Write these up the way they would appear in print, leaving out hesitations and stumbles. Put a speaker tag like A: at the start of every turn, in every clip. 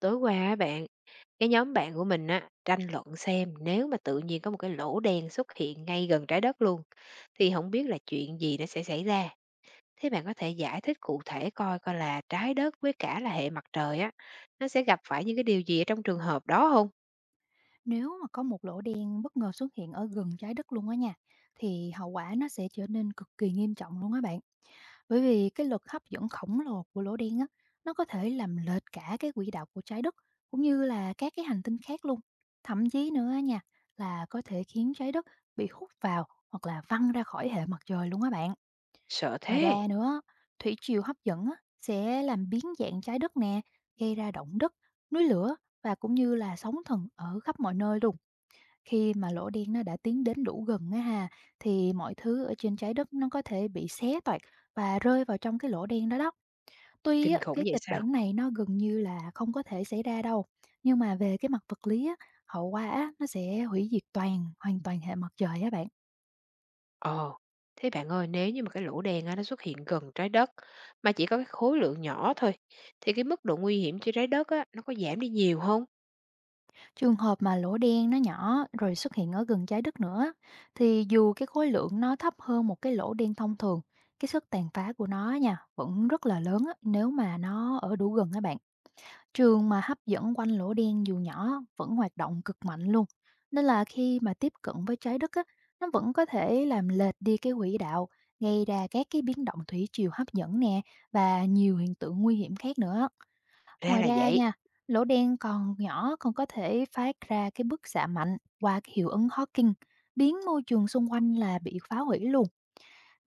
A: Tối qua á bạn, cái nhóm bạn của mình á, tranh luận xem nếu mà tự nhiên có một cái lỗ đen xuất hiện ngay gần trái đất luôn, thì không biết là chuyện gì nó sẽ xảy ra. Thế bạn có thể giải thích cụ thể coi coi là trái đất với cả là hệ mặt trời á, nó sẽ gặp phải những cái điều gì ở trong trường hợp đó không?
B: Nếu mà có một lỗ đen bất ngờ xuất hiện ở gần trái đất luôn á nha, thì hậu quả nó sẽ trở nên cực kỳ nghiêm trọng luôn á bạn. Bởi vì cái lực hấp dẫn khổng lồ của lỗ đen á, nó có thể làm lệch cả cái quỹ đạo của trái đất cũng như là các cái hành tinh khác luôn. Thậm chí nữa á nha, là có thể khiến trái đất bị hút vào hoặc là văng ra khỏi hệ mặt trời luôn á bạn.
A: Sợ
B: Ngoài ra
A: thế,
B: nữa, thủy triều hấp dẫn á, sẽ làm biến dạng trái đất nè, gây ra động đất, núi lửa và cũng như là sóng thần ở khắp mọi nơi luôn khi mà lỗ đen nó đã tiến đến đủ gần á ha, thì mọi thứ ở trên trái đất nó có thể bị xé toạc và rơi vào trong cái lỗ đen đó đó. Tuy
A: kinh
B: á,
A: khủng
B: cái
A: vậy
B: kịch
A: sao?
B: bản này nó gần như là không có thể xảy ra đâu, nhưng mà về cái mặt vật lý á, hậu quả á, nó sẽ hủy diệt hoàn toàn hệ mặt trời á bạn.
A: Ồ, thế bạn ơi, nếu như mà cái lỗ đen á, nó xuất hiện gần trái đất mà chỉ có cái khối lượng nhỏ thôi, thì cái mức độ nguy hiểm cho trái đất á, nó có giảm đi nhiều không?
B: Trường hợp mà lỗ đen nó nhỏ rồi xuất hiện ở gần trái đất nữa thì dù cái khối lượng nó thấp hơn một cái lỗ đen thông thường, cái sức tàn phá của nó nha vẫn rất là lớn á, nếu mà nó ở đủ gần các bạn. Trường mà hấp dẫn quanh lỗ đen dù nhỏ vẫn hoạt động cực mạnh luôn. Nên là khi mà tiếp cận với trái đất á, nó vẫn có thể làm lệch đi cái quỹ đạo, gây ra các cái biến động thủy triều hấp dẫn nè và nhiều hiện tượng nguy hiểm khác nữa.
A: Ra
B: Ngoài
A: là
B: ra
A: vậy.
B: nha, lỗ đen còn nhỏ còn có thể phát ra cái bức xạ mạnh qua cái hiệu ứng Hawking, biến môi trường xung quanh là bị phá hủy luôn.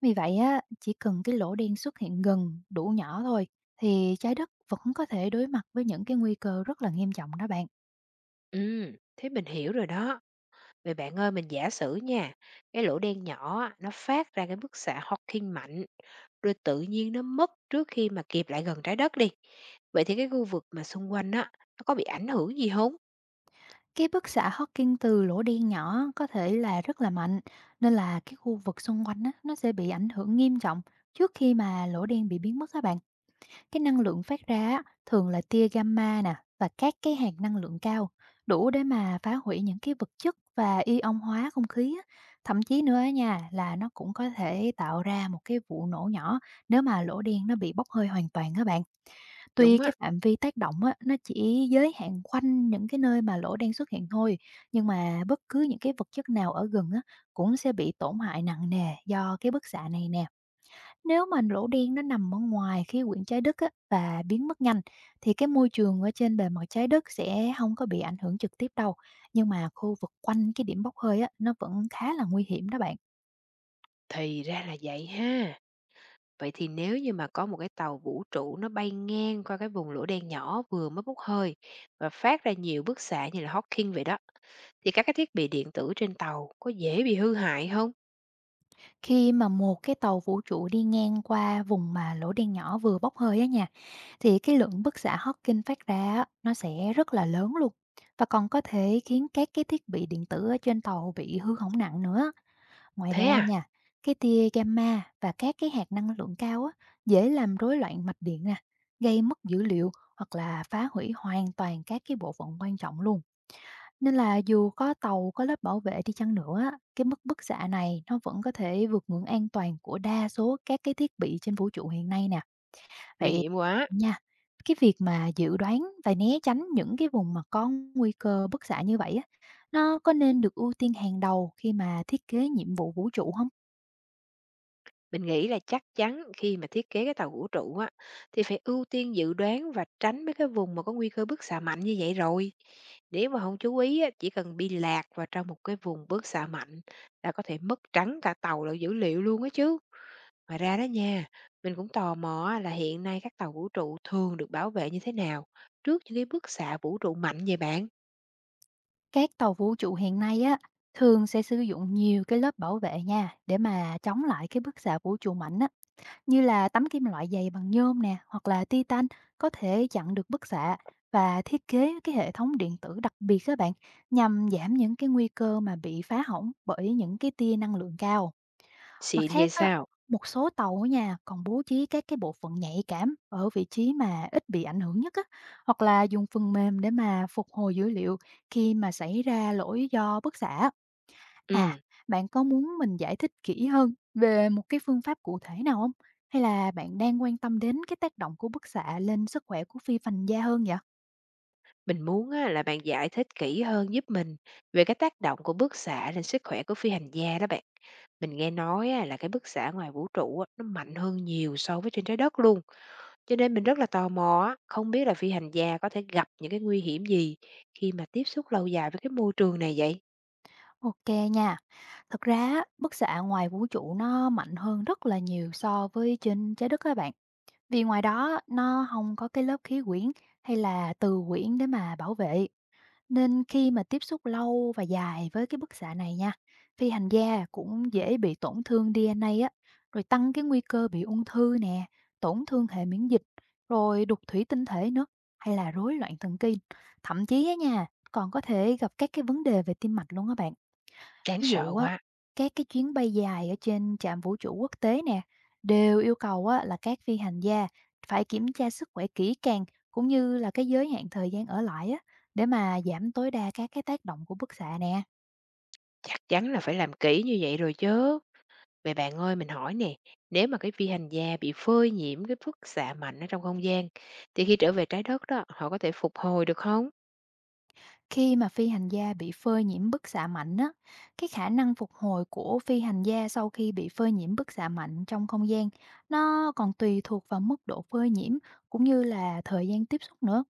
B: Vì vậy á, chỉ cần cái lỗ đen xuất hiện gần, đủ nhỏ thôi thì trái đất vẫn có thể đối mặt với những cái nguy cơ rất là nghiêm trọng đó bạn.
A: Ừ thế mình hiểu rồi đó. Vậy bạn ơi, mình giả sử nha, cái lỗ đen nhỏ á, nó phát ra cái bức xạ Hawking mạnh, rồi tự nhiên nó mất trước khi mà kịp lại gần trái đất đi. Vậy thì cái khu vực mà xung quanh á, nó có bị ảnh hưởng gì không?
B: Cái bức xạ Hawking từ lỗ đen nhỏ có thể là rất là mạnh, nên là cái khu vực xung quanh á, nó sẽ bị ảnh hưởng nghiêm trọng trước khi mà lỗ đen bị biến mất các bạn. Cái năng lượng phát ra á, thường là tia gamma nè và các cái hạt năng lượng cao, đủ để mà phá hủy những cái vật chất và ion hóa không khí á. Thậm chí nữa á nha, là nó cũng có thể tạo ra một cái vụ nổ nhỏ nếu mà lỗ đen nó bị bốc hơi hoàn toàn các bạn. Tuy
A: Đúng
B: cái
A: á,
B: phạm vi tác động á, nó chỉ giới hạn quanh những cái nơi mà lỗ đen xuất hiện thôi, nhưng mà bất cứ những cái vật chất nào ở gần á, cũng sẽ bị tổn hại nặng nề do cái bức xạ này nè. Nếu mà lỗ đen nó nằm ở ngoài khí quyển trái đất á, và biến mất nhanh thì cái môi trường ở trên bề mặt trái đất sẽ không có bị ảnh hưởng trực tiếp đâu. Nhưng mà khu vực quanh cái điểm bốc hơi á, nó vẫn khá là nguy hiểm đó bạn.
A: thì ra là vậy ha. Vậy thì nếu như mà có một cái tàu vũ trụ nó bay ngang qua cái vùng lỗ đen nhỏ vừa mới bốc hơi và phát ra nhiều bức xạ như là Hawking vậy đó, thì các cái thiết bị điện tử trên tàu có dễ bị hư hại không?
B: Khi mà một cái tàu vũ trụ đi ngang qua vùng mà lỗ đen nhỏ vừa bốc hơi á nha, thì cái lượng bức xạ Hawking phát ra á, nó sẽ rất là lớn luôn và còn có thể khiến các cái thiết bị điện tử ở trên tàu bị hư hỏng nặng nữa. Ngoài
A: Thế
B: ra
A: à,
B: nha, cái tia gamma và các cái hạt năng lượng cao á, dễ làm rối loạn mạch điện nè, gây mất dữ liệu hoặc là phá hủy hoàn toàn các cái bộ phận quan trọng luôn. Nên là dù có tàu có lớp bảo vệ đi chăng nữa á, cái mức bức xạ này nó vẫn có thể vượt ngưỡng an toàn của đa số các cái thiết bị trên vũ trụ hiện nay nè.
A: nguy
B: Vậy
A: hiểm quá.
B: nha, cái việc mà dự đoán và né tránh những cái vùng mà có nguy cơ bức xạ như vậy á, nó có nên được ưu tiên hàng đầu khi mà thiết kế nhiệm vụ vũ trụ không?
A: Mình nghĩ là chắc chắn khi mà thiết kế cái tàu vũ trụ á, thì phải ưu tiên dự đoán và tránh mấy cái vùng mà có nguy cơ bức xạ mạnh như vậy rồi. Nếu mà không chú ý á, chỉ cần bị lạc vào trong một cái vùng bức xạ mạnh là có thể mất trắng cả tàu lẫn dữ liệu luôn á chứ. Ngoài ra đó nha, mình cũng tò mò á, là hiện nay các tàu vũ trụ thường được bảo vệ như thế nào trước những cái bức xạ vũ trụ mạnh vậy bạn.
B: Các tàu vũ trụ hiện nay á thường sẽ sử dụng nhiều cái lớp bảo vệ nha để mà chống lại cái bức xạ vũ trụ mạnh á, như là tấm kim loại dày bằng nhôm nè hoặc là titan có thể chặn được bức xạ, và thiết kế cái hệ thống điện tử đặc biệt các bạn, nhằm giảm những cái nguy cơ mà bị phá hỏng bởi những cái tia năng lượng cao. Mặt
A: Xịn
B: khác
A: vậy
B: á,
A: sao?
B: một số tàu á nha, còn bố trí các cái bộ phận nhạy cảm ở vị trí mà ít bị ảnh hưởng nhất á, hoặc là dùng phần mềm để mà phục hồi dữ liệu khi mà xảy ra lỗi do bức xạ. À,
A: Ừ.
B: bạn có muốn mình giải thích kỹ hơn về một cái phương pháp cụ thể nào không? Hay là bạn đang quan tâm đến cái tác động của bức xạ lên sức khỏe của phi hành gia hơn vậy?
A: Mình muốn á, là bạn giải thích kỹ hơn giúp mình về cái tác động của bức xạ lên sức khỏe của phi hành gia đó bạn. Mình nghe nói á, là cái bức xạ ngoài vũ trụ á, nó mạnh hơn nhiều so với trên trái đất luôn. Cho nên mình rất là tò mò á, không biết là phi hành gia có thể gặp những cái nguy hiểm gì khi mà tiếp xúc lâu dài với cái môi trường này vậy.
B: Ok nha. Thực ra á, bức xạ ngoài vũ trụ nó mạnh hơn rất là nhiều so với trên trái đất các bạn. Vì ngoài đó nó không có cái lớp khí quyển hay là từ quyển để mà bảo vệ, nên khi mà tiếp xúc lâu và dài với cái bức xạ này nha, phi hành gia cũng dễ bị tổn thương DNA á, rồi tăng cái nguy cơ bị ung thư nè, tổn thương hệ miễn dịch, rồi đục thủy tinh thể nữa, hay là rối loạn thần kinh. Thậm chí á nha, còn có thể gặp các cái vấn đề về tim mạch luôn á bạn.
A: Đáng
B: Ví
A: sợ
B: dụ á,
A: quá,
B: các cái chuyến bay dài ở trên trạm vũ trụ quốc tế nè, đều yêu cầu á, là các phi hành gia phải kiểm tra sức khỏe kỹ càng, cũng như là cái giới hạn thời gian ở lại á, để mà giảm tối đa các cái tác động của bức xạ nè.
A: chắc chắn là phải làm kỹ như vậy rồi chứ. Vậy bạn ơi, mình hỏi nè, nếu mà cái phi hành gia bị phơi nhiễm cái bức xạ mạnh ở trong không gian, thì khi trở về trái đất đó, họ có thể phục hồi được không?
B: Khi mà phi hành gia bị phơi nhiễm bức xạ mạnh á, cái khả năng phục hồi của phi hành gia sau khi bị phơi nhiễm bức xạ mạnh trong không gian nó còn tùy thuộc vào mức độ phơi nhiễm, cũng như là thời gian tiếp xúc nữa.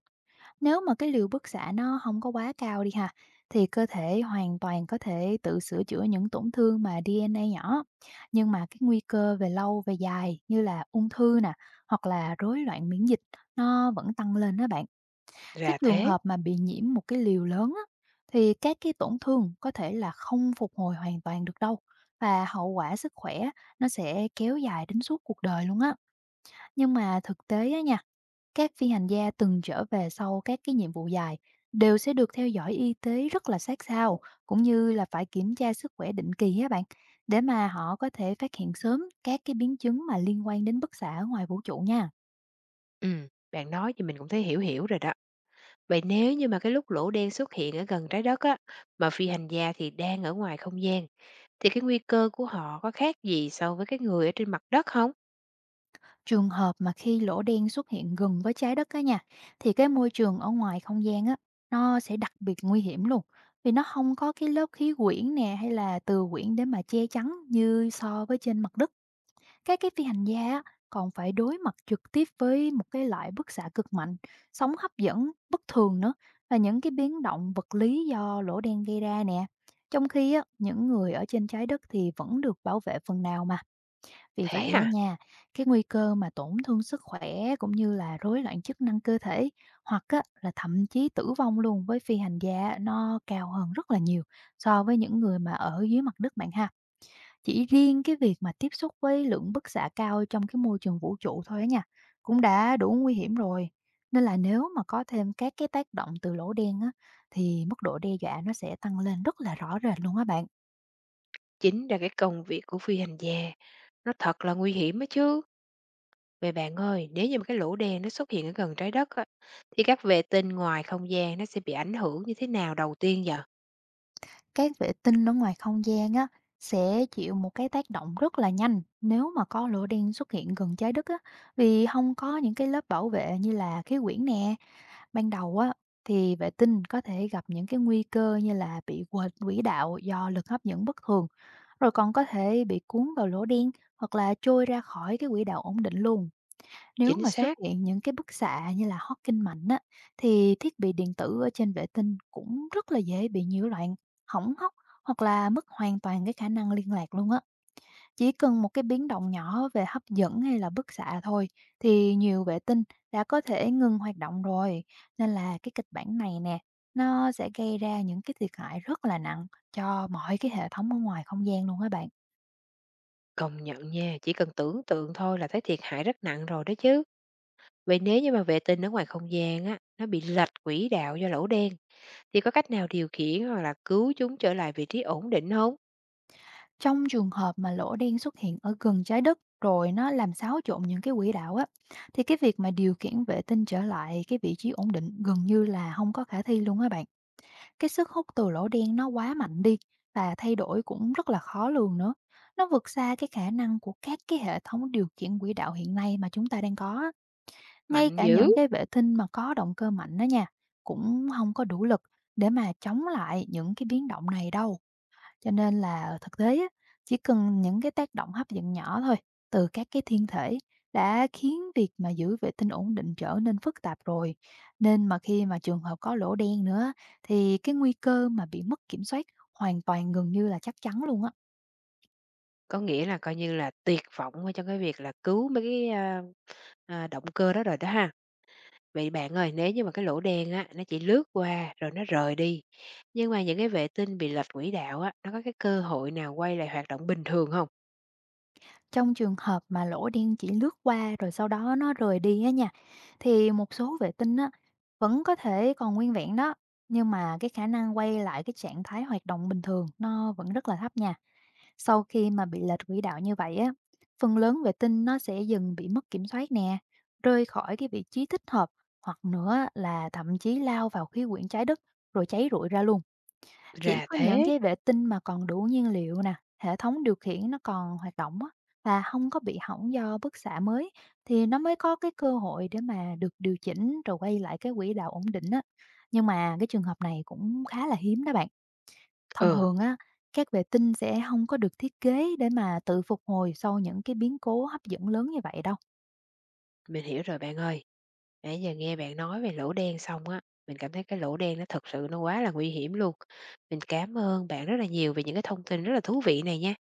B: Nếu mà cái liều bức xạ nó không có quá cao đi ha, thì cơ thể hoàn toàn có thể tự sửa chữa những tổn thương mà DNA nhỏ, nhưng mà cái nguy cơ về lâu về dài như là ung thư nè, hoặc là rối loạn miễn dịch nó vẫn tăng lên đó bạn. Cái
A: Ra
B: trường
A: thế.
B: hợp mà bị nhiễm một cái liều lớn á, thì các cái tổn thương có thể là không phục hồi hoàn toàn được đâu, và hậu quả sức khỏe nó sẽ kéo dài đến suốt cuộc đời luôn á. Nhưng mà thực tế á nha, các phi hành gia từng trở về sau các cái nhiệm vụ dài đều sẽ được theo dõi y tế rất là sát sao, cũng như là phải kiểm tra sức khỏe định kỳ á bạn, để mà họ có thể phát hiện sớm các cái biến chứng mà liên quan đến bức xạ ở ngoài vũ trụ nha.
A: Bạn nói thì mình cũng thấy hiểu hiểu rồi đó. Vậy nếu như mà cái lúc lỗ đen xuất hiện ở gần trái đất á, mà phi hành gia thì đang ở ngoài không gian, thì cái nguy cơ của họ có khác gì so với cái người ở trên mặt đất không?
B: Trường hợp mà khi lỗ đen xuất hiện gần với trái đất á nha, thì cái môi trường ở ngoài không gian á, nó sẽ đặc biệt nguy hiểm luôn. Vì nó không có cái lớp khí quyển nè hay là từ quyển để mà che chắn như so với trên mặt đất. Các cái phi hành gia á, còn phải đối mặt trực tiếp với một cái loại bức xạ cực mạnh, sóng hấp dẫn bất thường nữa và những cái biến động vật lý do lỗ đen gây ra nè. Trong khi á, những người ở trên trái đất thì vẫn được bảo vệ phần nào mà. Vì vậy
A: Thế
B: á
A: à,
B: nha, cái nguy cơ mà tổn thương sức khỏe cũng như là rối loạn chức năng cơ thể hoặc á, là thậm chí tử vong luôn với phi hành gia nó cao hơn rất là nhiều so với những người mà ở dưới mặt đất bạn ha. Chỉ riêng cái việc mà tiếp xúc với lượng bức xạ cao trong cái môi trường vũ trụ thôi á nha, cũng đã đủ nguy hiểm rồi. Nên là nếu mà có thêm các cái tác động từ lỗ đen á, thì mức độ đe dọa nó sẽ tăng lên rất là rõ rệt luôn á bạn.
A: chính là cái công việc của phi hành gia nó thật là nguy hiểm á chứ. Vậy bạn ơi, nếu như mà cái lỗ đen nó xuất hiện ở gần trái đất á, thì các vệ tinh ngoài không gian nó sẽ bị ảnh hưởng như thế nào đầu tiên giờ?
B: Các vệ tinh ở ngoài không gian á, sẽ chịu một cái tác động rất là nhanh nếu mà có lỗ đen xuất hiện gần trái đất á, vì không có những cái lớp bảo vệ như là khí quyển nè. Ban đầu á, thì vệ tinh có thể gặp những cái nguy cơ như là bị quệt quỹ đạo do lực hấp dẫn bất thường, rồi còn có thể bị cuốn vào lỗ đen hoặc là trôi ra khỏi cái quỹ đạo ổn định luôn. Nếu
A: Chính
B: mà xuất
A: xác,
B: hiện những cái bức xạ như là Hawking mạnh á, thì thiết bị điện tử ở trên vệ tinh cũng rất là dễ bị nhiễu loạn, hỏng hóc hoặc là mất hoàn toàn cái khả năng liên lạc luôn á. Chỉ cần một cái biến động nhỏ về hấp dẫn hay là bức xạ thôi thì nhiều vệ tinh đã có thể ngừng hoạt động rồi. Nên là cái kịch bản này nè, nó sẽ gây ra những cái thiệt hại rất là nặng cho mọi cái hệ thống ở ngoài không gian luôn các bạn.
A: công nhận nha, chỉ cần tưởng tượng thôi là thấy thiệt hại rất nặng rồi đó chứ. Vậy nếu như mà vệ tinh ở ngoài không gian á, nó bị lệch quỹ đạo do lỗ đen, thì có cách nào điều khiển hoặc là cứu chúng trở lại vị trí ổn định không?
B: Trong trường hợp mà lỗ đen xuất hiện ở gần trái đất rồi nó làm xáo trộn những cái quỹ đạo á, thì cái việc mà điều khiển vệ tinh trở lại cái vị trí ổn định gần như là không có khả thi luôn các bạn. Cái sức hút từ lỗ đen nó quá mạnh đi, và thay đổi cũng rất là khó lường nữa. Nó vượt xa cái khả năng của các cái hệ thống điều khiển quỹ đạo hiện nay mà chúng ta đang có á. Ngay
A: Mạnh
B: cả những
A: dữ!
B: cái vệ tinh mà có động cơ mạnh đó nha, cũng không có đủ lực để mà chống lại những cái biến động này đâu. Cho nên là ở thực tế á, chỉ cần những cái tác động hấp dẫn nhỏ thôi từ các cái thiên thể đã khiến việc mà giữ vệ tinh ổn định trở nên phức tạp rồi. Nên mà khi mà trường hợp có lỗ đen nữa, thì cái nguy cơ mà bị mất kiểm soát hoàn toàn gần như là chắc chắn luôn á.
A: Có nghĩa là coi như là tuyệt vọng ở trong cái việc là cứu mấy động cơ đó rồi đó ha. Vậy bạn ơi, nếu như mà cái lỗ đen á, nó chỉ lướt qua rồi nó rời đi, nhưng mà những cái vệ tinh bị lệch quỹ đạo á, nó có cái cơ hội nào quay lại hoạt động bình thường không?
B: Trong trường hợp mà lỗ đen chỉ lướt qua rồi sau đó nó rời đi á nha, thì một số vệ tinh á vẫn có thể còn nguyên vẹn đó, nhưng mà cái khả năng quay lại cái trạng thái hoạt động bình thường nó vẫn rất là thấp nha. Sau khi mà bị lệch quỹ đạo như vậy á, phần lớn vệ tinh nó sẽ dần bị mất kiểm soát nè, rơi khỏi cái vị trí thích hợp hoặc nữa là thậm chí lao vào khí quyển trái đất rồi cháy rụi ra luôn. Chỉ
A: Ra
B: có những
A: thế.
B: cái vệ tinh mà còn đủ nhiên liệu nè, hệ thống điều khiển nó còn hoạt động á, và không có bị hỏng do bức xạ mới, thì nó mới có cái cơ hội để mà được điều chỉnh rồi quay lại cái quỹ đạo ổn định á. Nhưng mà cái trường hợp này cũng khá là hiếm đó bạn. Thông
A: Ờ,
B: thường á, các vệ tinh sẽ không có được thiết kế để mà tự phục hồi sau những cái biến cố hấp dẫn lớn như vậy đâu.
A: mình hiểu rồi bạn ơi. Nãy giờ nghe bạn nói về lỗ đen xong á, mình cảm thấy cái lỗ đen nó thực sự nó quá là nguy hiểm luôn. Mình cảm ơn bạn rất là nhiều về những cái thông tin rất là thú vị này nha.